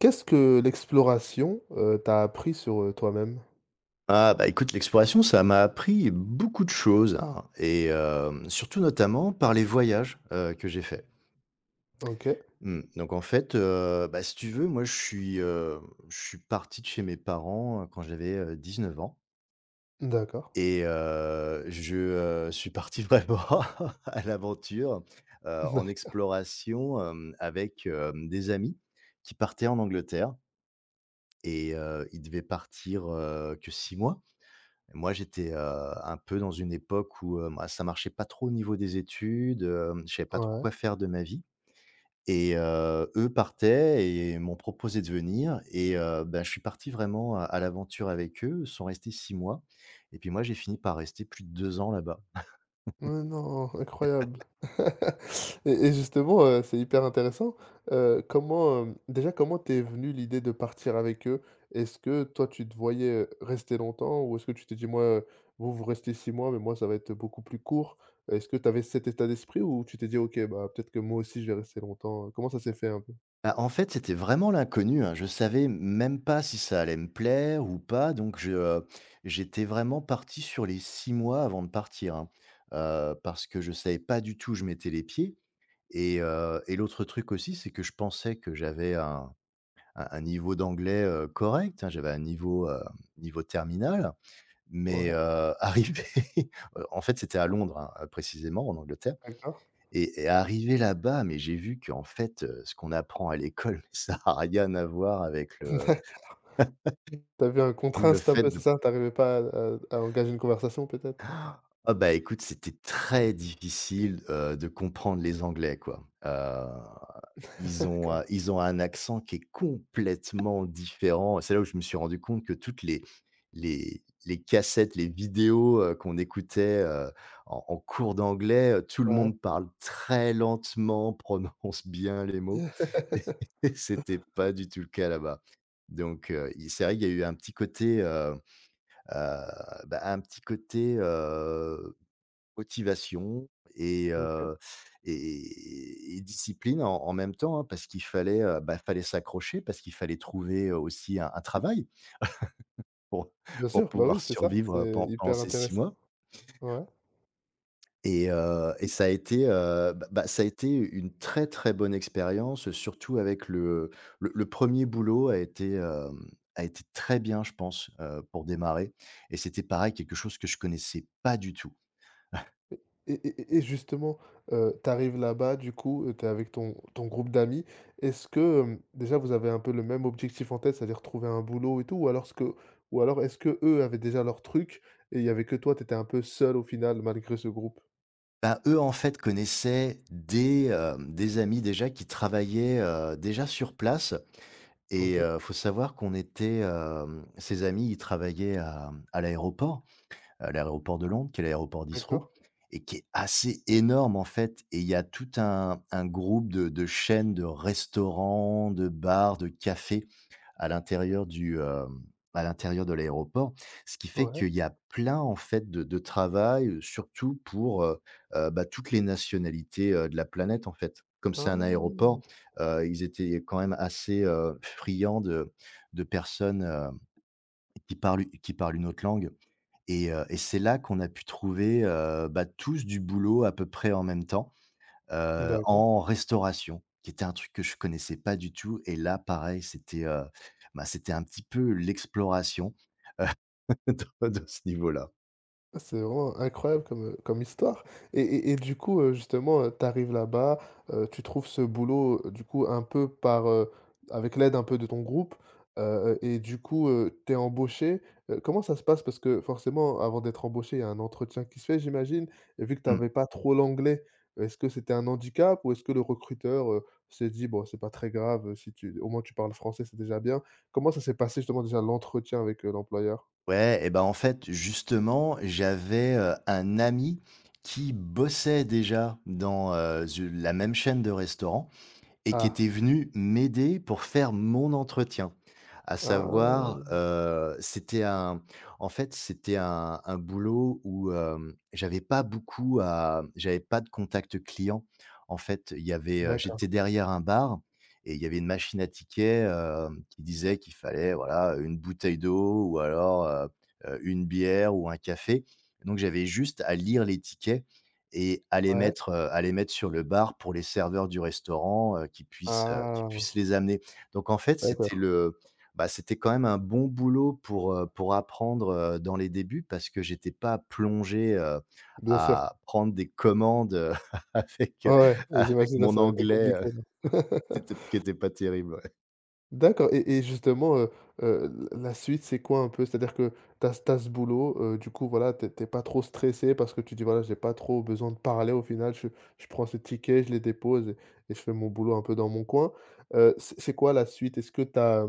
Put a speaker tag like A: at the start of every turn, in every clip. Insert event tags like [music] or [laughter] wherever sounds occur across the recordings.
A: Qu'est-ce que l'exploration, t'a appris sur, toi-même?
B: Ah bah écoute, l'exploration, ça m'a appris beaucoup de choses, hein, et surtout notamment par les voyages, que j'ai faits.
A: OK,
B: Mmh, donc en fait, bah, si tu veux, moi je suis parti de chez mes parents, quand j'avais, 19 ans,
A: d'accord.
B: et je suis parti [laughs] vraiment à l'aventure,
A: [laughs]
B: en
A: D'acc
B: exploration, avec, des amis qui partaient en Angleterre, et ils devaient partir, que 6 mois. Moi, j'étais, un peu dans une époque où, bah, ça marchait pas trop au niveau des études, je savais pas trop
A: ouais.
B: quoi faire de ma vie, et eux partaient et m'ont proposé de venir, et bah, je suis parti vraiment à l'aventure avec eux. Ils sont restés 6 mois, et puis moi, j'ai fini par rester plus de 2 ans là-bas.
A: Mais non, incroyable. [laughs] Et justement, c'est hyper intéressant. Comment, déjà comment t'es venue l'idée de partir avec eux? Est-ce que toi tu te voyais, rester longtemps ou est-ce que tu t'es dit: «Moi, vous, vous restez 6 mois, mais moi ça va être, beaucoup plus court»? Est-ce que tu avais cet état d'esprit ou tu t'es dit: «OK, bah, peut-être que moi aussi je vais rester longtemps»? Comment ça s'est fait un peu?
B: Bah, en fait, c'était vraiment l'inconnu, hein. Je savais même pas si ça allait me plaire ou pas, donc je j'étais vraiment parti sur les 6 mois avant de partir, hein, parce que je savais pas du tout où je mettais les pieds. Et l'autre truc aussi, c'est que je pensais que j'avais un niveau d'anglais, correct, hein. J'avais un niveau terminal, mais
A: Ouais,
B: [laughs] arrivé, en fait, c'était à Londres, hein, précisément en Angleterre,
A: d'accord.
B: et arrivé là-bas, mais j'ai vu qu'en fait, ce qu'on apprend à l'école, [laughs] ça a rien à voir avec le
A: [laughs] Tu avais un contraint,
B: le
A: c'est un
B: fait
A: peu c'est
B: de.
A: ça? Tu arrivais pas à à engager une conversation peut-être?
B: Ah bah, écoute, c'était très difficile, de comprendre les Anglais, quoi. Heu, ils ont, heu,
A: D'accord,
B: ils ont un accent qui est complètement différent. C'est là où je me suis rendu compte que toutes les cassettes, les vidéos, qu'on écoutait, en cours d'anglais, tout le
A: ouais.
B: monde parle très lentement, [laughs] prononce bien les mots, [laughs]
A: [laughs]
B: et c'était pas du tout le cas là-bas. Donc il c'est vrai qu'il y a eu un petit côté, bah, un petit côté, motivation et
A: OK.
B: heu et discipline en même temps, hein, parce qu'il fallait, bah, fallait s'accrocher, parce qu'il fallait trouver, aussi un travail pour
A: Bien
B: [laughs] pour
A: sûr, bah,
B: pouvoir
A: oui, c'est ça,
B: survivre
A: c'est
B: pendant
A: hyper
B: ces six
A: intéressant.
B: mois
A: Ouais
B: et ça a été, bah, ça a été une très, très bonne expérience, surtout avec le 1er boulot a été, a été très bien, je pense, pour démarrer, et c'était pareil, quelque chose que je connaissais pas du tout.
A: et justement, tu arrives là-bas du coup, tu es avec ton groupe d'amis. Est-ce que, déjà vous avez un peu le même objectif en tête, c'est-à-dire trouver un boulot et tout? Ou alors ce que ou alors est-ce qu'eux avaient déjà leur truc et il y avait que toi, tu étais un peu seul au final malgré ce groupe?
B: Bah, eux, en fait, connaissaient des amis déjà qui travaillaient, déjà sur place, et
A: OK,
B: faut savoir qu'on était, ces amis, ils travaillaient à l'aéroport, l'aéroport de Londres, qui est l'aéroport d'Heathrow,
A: d'accord,
B: et qui est assez énorme, en fait, et il y a tout un groupe de chaînes de restaurants, de bars, de cafés à l'intérieur du, à l'intérieur de l'aéroport. Ce qui fait
A: ouais.
B: qu'il y a plein, en fait, de travail, surtout pour, bah, toutes les nationalités, de la planète, en fait. Comme c'est un aéroport,
A: Ah!
B: ils étaient quand même assez, friands de personnes, qui parlent une autre langue. Et c'est là qu'on a pu trouver, bah, tous du boulot à peu près en même temps,
A: D'accord.
B: en restauration, qui était un truc que je connaissais pas du tout, et là, pareil, c'était, bah, c'était un petit peu l'exploration [laughs] de ce niveau-là.
A: C'est vraiment incroyable comme, comme histoire et du coup, justement, tu arrives là-bas, tu trouves ce boulot, du coup un peu par, avec l'aide un peu de ton groupe, et du coup, tu es embauché. Comment ça se passe? Parce que forcément, avant d'être embauché, il y a un entretien qui se fait, j'imagine et vu que tu
B: Mmh.
A: avais pas trop l'anglais, est-ce que c'était un handicap ou est-ce que le recruteur, s'est dit: «Bon, c'est pas très grave, si tu au moins tu parles français, c'est déjà bien»? Comment ça s'est passé justement déjà l'entretien avec, l'employeur?
B: Ouais et ben en fait, justement, j'avais, un ami qui bossait déjà dans, la même chaîne de restaurants, et qui
A: Ah!
B: était venu m'aider pour faire mon entretien. À savoir,
A: Ah!
B: c'était un en fait, c'était un boulot où, j'avais pas de contact client. En fait, il y avait,
A: D'accord.
B: j'étais derrière un bar, et il y avait une machine à tickets, qui disait qu'il fallait, voilà, une bouteille d'eau ou alors, une bière ou un café. Donc j'avais juste à lire les tickets, et à les
A: Ouais.
B: mettre, heu, à les mettre sur le bar pour les serveurs du restaurant, qui puissent, heu, qui
A: Ah!
B: puissent les amener. Donc en fait,
A: D'accord,
B: c'était le bah, c'était quand même un bon boulot pour apprendre, dans les débuts, parce que j'étais pas plongé,
A: bien sûr.
B: à prendre des commandes, [laughs] avec, heu,
A: Ouais, ouais,
B: avec
A: j'imagine là,
B: mon
A: ça aurait été
B: anglais,
A: compliqué là.
B: [laughs]
A: [laughs]
B: qui était pas terrible, ouais.
A: D'accord et justement, heu, l la suite, c'est quoi un peu? C'est-à-dire que t'as as tu ce boulot, du coup, voilà, t'es es pas trop stressé parce que tu dis: «Voilà, j'ai pas trop besoin de parler au final, je prends ces tickets, je les dépose et je fais mon boulot un peu dans mon coin». C'est quoi la suite? Est-ce que t'as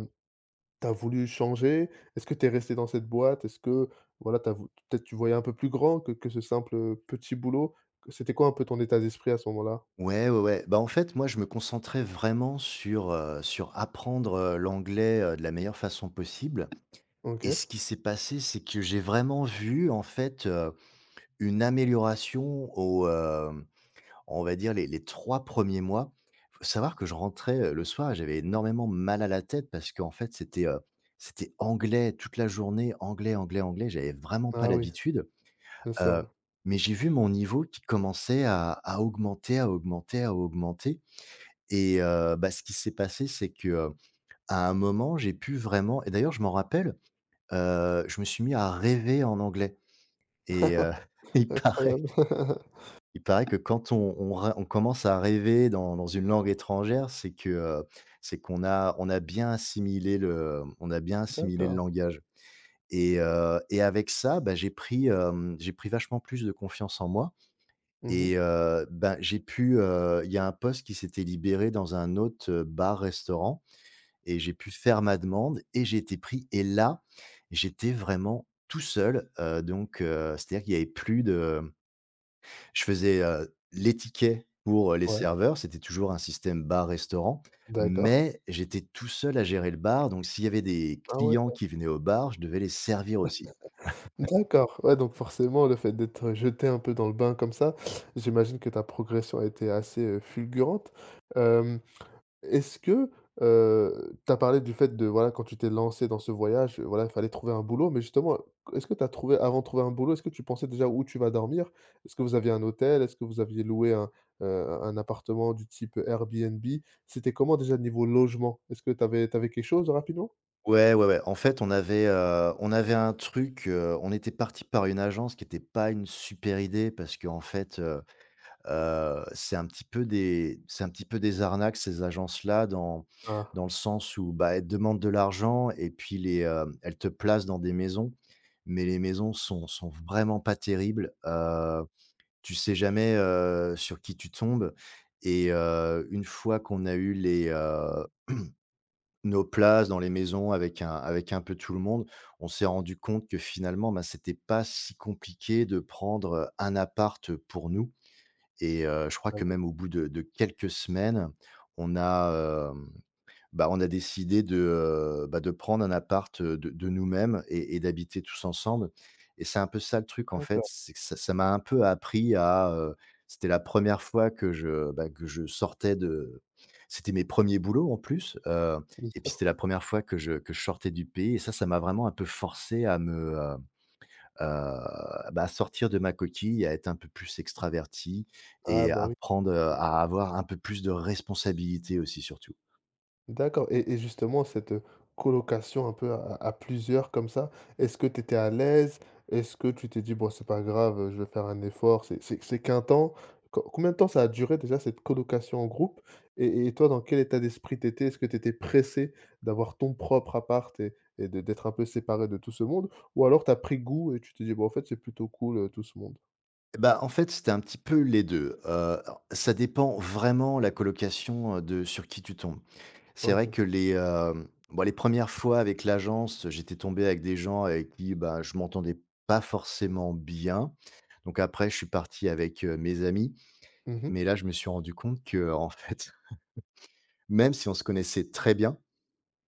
A: T'as voulu changer? Est-ce que t'es resté dans cette boîte? Est-ce que, voilà, t'as vou peut-être tu voyais un peu plus grand que ce simple, petit boulot? C'était quoi un peu ton état d'esprit à ce moment-là?
B: Ouais, ouais, ouais. Bah, en fait, moi, je me concentrais vraiment sur apprendre, l'anglais, de la meilleure façon possible. Et
A: OK.
B: ce qui s'est passé, c'est que j'ai vraiment vu, en fait, une amélioration au, on va dire, les 3 premiers mois. Faut savoir que je rentrais, le soir, et j'avais énormément mal à la tête, parce qu'en fait c'était anglais toute la journée, anglais, anglais, anglais, j'avais vraiment pas
A: Ah oui,
B: l'habitude,
A: bien sûr,
B: heu,
A: ouais.
B: mais j'ai vu mon niveau qui commençait à augmenter, à augmenter, à augmenter, et bah, ce qui s'est passé, c'est que, à un moment j'ai pu vraiment, et d'ailleurs je m'en rappelle, je me suis mis à rêver en anglais, et
A: [laughs]
B: [laughs] il paraît
A: Incroyable. [laughs]
B: il paraît que quand on ra on commence à rêver dans une langue étrangère, c'est que, c'est qu'on a on a bien assimilé le
A: D'accord.
B: langage. Et et avec ça, bah, j'ai pris vachement plus de confiance en moi,
A: Mhm.
B: et ben, j'ai pu, il y a un poste qui s'était libéré dans un autre bar restaurant, et j'ai pu faire ma demande et j'ai été pris, et là, j'étais vraiment tout seul, donc c'est-à-dire qu'il n'y avait plus de, je faisais, les tickets pour, les
A: Ouais,
B: serveurs, c'était toujours un système bar-restaurant,
A: d'accord.
B: mais j'étais tout seul à gérer le bar, donc s'il y avait des
A: Ah ouais.
B: clients qui venaient au bar, je devais les servir aussi.
A: D'accord. Ouais, donc forcément, le fait d'être jeté un peu dans le bain comme ça, j'imagine que ta progression a été assez, fulgurante. Hem Est-ce que, tu as parlé du fait de voilà, quand tu t'es lancé dans ce voyage, voilà, il fallait trouver un boulot, mais justement, est-ce que tu as trouvé avant de trouver un boulot, est-ce que tu pensais déjà où tu vas dormir? Est-ce que vous aviez un hôtel? Est-ce que vous aviez loué un appartement du type Airbnb? C'était comment déjà niveau logement? Est-ce que tu avais quelque chose rapidement?
B: Ouais, ouais, ouais. En fait, on avait un truc, on était parti par une agence qui n'était pas une super idée, parce qu'en fait, c'est un petit peu des arnaques, ces agences-là, dans
A: Ah,
B: dans le sens où, bah, elles te demandent de l'argent, et puis elles te placent dans des maisons, mais les maisons sont vraiment pas terribles. Tu sais jamais, sur qui tu tombes, et une fois qu'on a eu nos places dans les maisons avec un peu tout le monde, on s'est rendu compte que finalement, bah, c'était pas si compliqué de prendre un appart pour nous, et je crois
A: bah,
B: que même au bout de quelques semaines, on a, hem, bah, on a décidé de, de prendre un appart, de nous-mêmes, et d'habiter tous ensemble. Et c'est un peu ça le truc, en fait,
A: d'accord,
B: c'est que ça m'a un peu appris à, c'était la première fois que que je sortais de, c'était mes premiers ers boulots en plus,
A: bien
B: et puis
A: sûr.
B: c'était la première fois que je sortais du pays, et ça m'a vraiment un peu forcé à me, bah, sortir de ma coquille, à être un peu plus extraverti,
A: Ah,
B: et
A: bah, oui.
B: apprendre prendre, à avoir un peu plus de responsabilité aussi, surtout.
A: D'accord et justement cette, colocation un peu à plusieurs comme ça, est-ce que tu étais à l'aise? Est-ce que tu t'es dit: «Bon c'est pas grave, je vais faire un effort, c'est qu'un temps»? Co combien de temps ça a duré déjà cette colocation en groupe? Et toi dans quel état d'esprit t'étais Est-ce que tu étais pressé d'avoir ton propre appart et de d'être un peu séparé de tout ce monde? Ou alors t'as pris goût et tu t'es dit: «Bon en fait c'est plutôt cool, tout ce monde»?
B: Eh bah, en fait, c'était un petit peu les 2. Ça dépend vraiment, la colocation, de sur qui tu tombes. C'est
A: OK.
B: vrai que bon, les premières fois avec l'agence, j'étais tombé avec des gens avec qui, bah, je m'entendais pas forcément bien. Donc après, je suis parti avec, mes amis.
A: Mmh.
B: Mais là, je me suis rendu compte que, en fait, [laughs] même si on se connaissait très bien,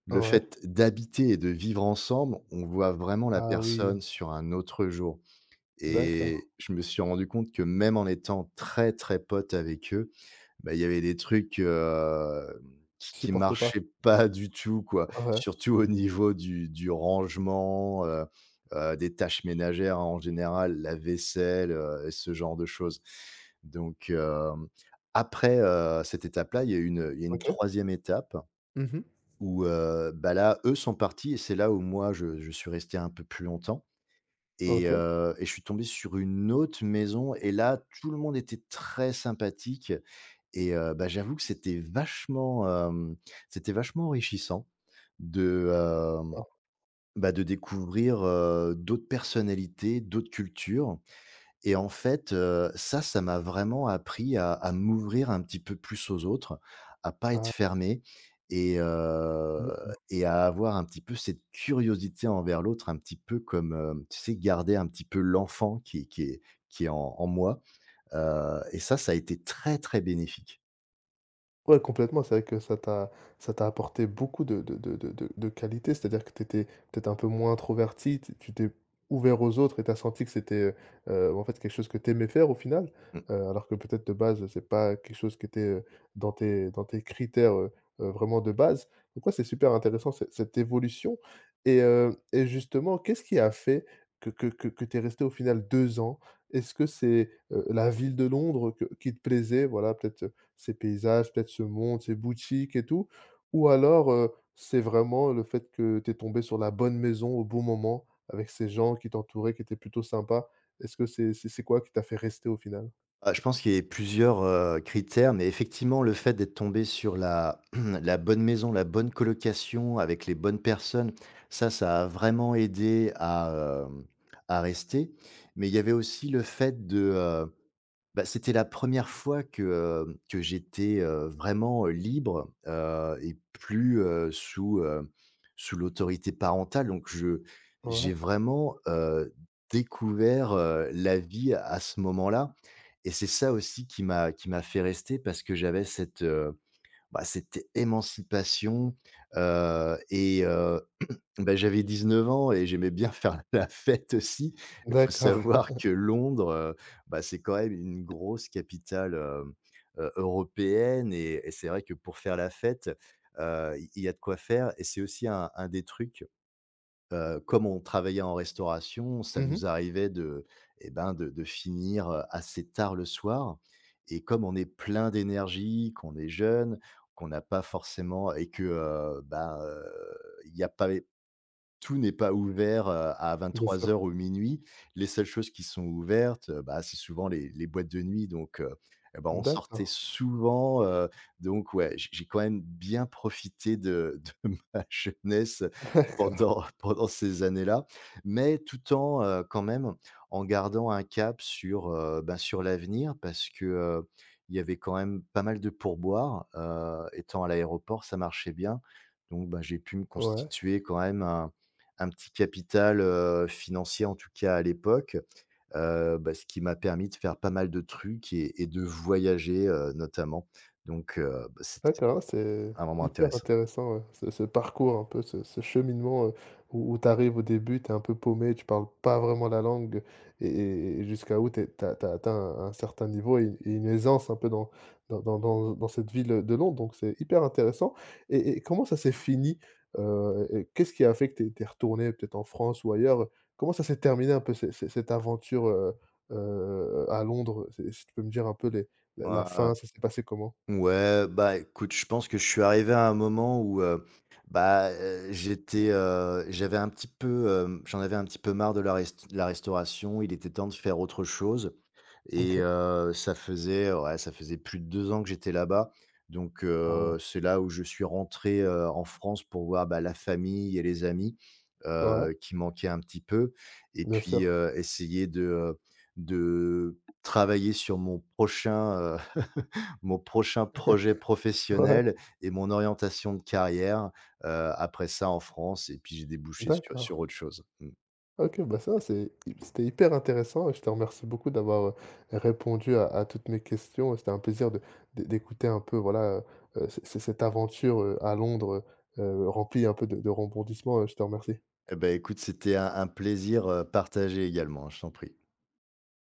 B: le
A: Ouais.
B: fait d'habiter et de vivre ensemble, on voit vraiment la
A: Ah oui,
B: personne sur un autre jour,
A: d'accord.
B: et je me suis rendu compte que même en étant très, très pote avec eux, bah, il y avait des trucs, qui
A: Supportais pas?
B: marchaient pas du tout, quoi.
A: Ouais.
B: Surtout au niveau du rangement, des tâches ménagères, hein, en général, la vaisselle, et ce genre de choses. Donc, hem, cette étape-là, il y a eu une il y a une
A: OK.
B: 3e étape
A: Mmh.
B: où, bah, là, eux sont partis et c'est là où moi je suis resté un peu plus longtemps
A: OK.
B: et je suis tombé sur une autre maison et là, tout le monde était très sympathique et bah, j'avoue que c'était c'était vachement enrichissant de, hem,
A: Ah.
B: bah, de découvrir, d'autres personnalités, d'autres cultures et en fait, ça, ça m'a vraiment appris à m'ouvrir un petit peu plus aux autres, à pas être
A: Ah.
B: fermé et heu
A: D'accord.
B: et à avoir un petit peu cette curiosité envers l'autre, un petit peu comme, tu sais, garder un petit peu l'enfant qui est en moi, et ça a été très, très bénéfique.
A: Ouais, complètement, c'est vrai que ça t'a apporté beaucoup de qualités, c'est-à-dire que tu étais peut-être un peu moins introverti, tu tu t'es ouvert aux autres et tu as senti que c'était, en fait, quelque chose que tu aimais faire au final,
B: Mmh.
A: alors que peut-être de base, c'est pas quelque chose qui était, dans tes critères, vraiment de base. Donc ouais, c'est super intéressant cette cette évolution et justement, qu'est-ce qui a fait que que tu es resté au final 2 ans? Est-ce que c'est, la ville de Londres que qui te plaisait? Voilà, peut-être, ces paysages, peut-être ce monde, ces boutiques et tout? Ou alors, c'est vraiment le fait que tu es tombé sur la bonne maison au bon moment, avec ces gens qui t'entouraient, qui étaient plutôt sympas? Est-ce que c'est quoi qui t'a fait rester au final?
B: Ah, je pense qu'il y a plusieurs, critères, mais effectivement, le fait d'être tombé sur la [clears throat] la bonne maison, la bonne colocation avec les bonnes personnes, ça a vraiment aidé à, hem, à rester. Mais il y avait aussi le fait de, bah, c'était la première fois que j'étais, vraiment, libre, et plus, sous, sous l'autorité parentale. Donc je
A: Ouais,
B: j'ai vraiment, découvert, la vie à ce moment-là et c'est ça aussi qui m'a fait rester parce que j'avais cette, bah, cette émancipation, heu et heu bah, j'avais 19 ans et j'aimais bien faire [laughs] la fête aussi. Il faut
A: d'accord.
B: savoir
A: [laughs]
B: que Londres, bah, c'est quand même une grosse capitale, européenne et c'est vrai que pour faire la fête, il y a de quoi faire et c'est aussi un des trucs, comme on travaillait en restauration, ça
A: Mhm.
B: nous arrivait de et ben, de finir, assez tard le soir et comme on est plein d'énergie, qu'on est jeune, qu'on n'a pas forcément et que, bah, il y a pas tout n'est pas ouvert, à
A: Bien
B: vingt-trois
A: sûr.
B: heures ou minuit. Les seules choses qui sont ouvertes, bah, c'est souvent les boîtes de nuit donc et bah, on sortait
A: D'accord,
B: souvent, donc ouais, j'ai quand même bien profité de [laughs] de ma jeunesse
A: [laughs] d'accord,
B: pendant ces années-là, mais tout en, quand même, en gardant un cap sur, bah, sur l'avenir parce que, il y avait quand même pas mal de pourboires, étant à l'aéroport, ça marchait bien donc bah, j'ai pu me
A: ouais.
B: constituer quand même un petit capital, financier en tout cas à l'époque, bah, ce qui m'a permis de faire pas mal de trucs et de voyager, notamment. Donc bah, c'était
A: D'accord, ouais, c'est
B: un moment
A: hyper
B: intéressant.
A: intéressant, ouais, ce ce parcours un peu, ce ce cheminement, où tu arrives au début, tu es un peu paumé, tu parles pas vraiment la langue et jusqu'à où tu as atteint un certain niveau et une aisance un peu dans dans cette ville, de Londres, donc c'est hyper intéressant et comment ça s'est fini? Et qu'est-ce qui a fait que tu es retourné peut-être en France ou ailleurs? Comment ça s'est terminé un peu ce ce cette aventure, à Londres? C'est si tu peux me dire un peu les la la
B: Ah,
A: fin, ça s'est passé comment?
B: ouais, bah, écoute, je pense que je suis arrivé à un moment où, bah, j'étais, j'avais un petit peu, j'en avais un petit peu marre de la rest la restauration. Il était temps de faire autre chose. Et
A: OK.
B: ça faisait ouais, ça faisait plus de 2 ans que j'étais là-bas. Donc
A: Ah ouais.
B: c'est là où je suis rentré, en France pour voir, bah, la famille et les amis,
A: Ouais,
B: qui manquaient un petit peu et
A: bien
B: puis,
A: sûr.
B: essayer de travailler sur mon prochain, [laughs] mon prochain projet
A: [laughs] Ouais,
B: professionnel et mon orientation de carrière, après ça en France et puis j'ai débouché sur
A: d'accord.
B: sur autre chose. Mmh.
A: OK, bah, ça, c'est c'était hyper intéressant et je te remercie beaucoup d'avoir, répondu à toutes mes questions. C'était un plaisir de d'é d'écouter un peu, voilà, c c cette aventure, à Londres, heu remplie un peu de rebondissements, je te remercie.
B: Eh ben écoute, c'était un plaisir, partagé également, hein, je t'en prie.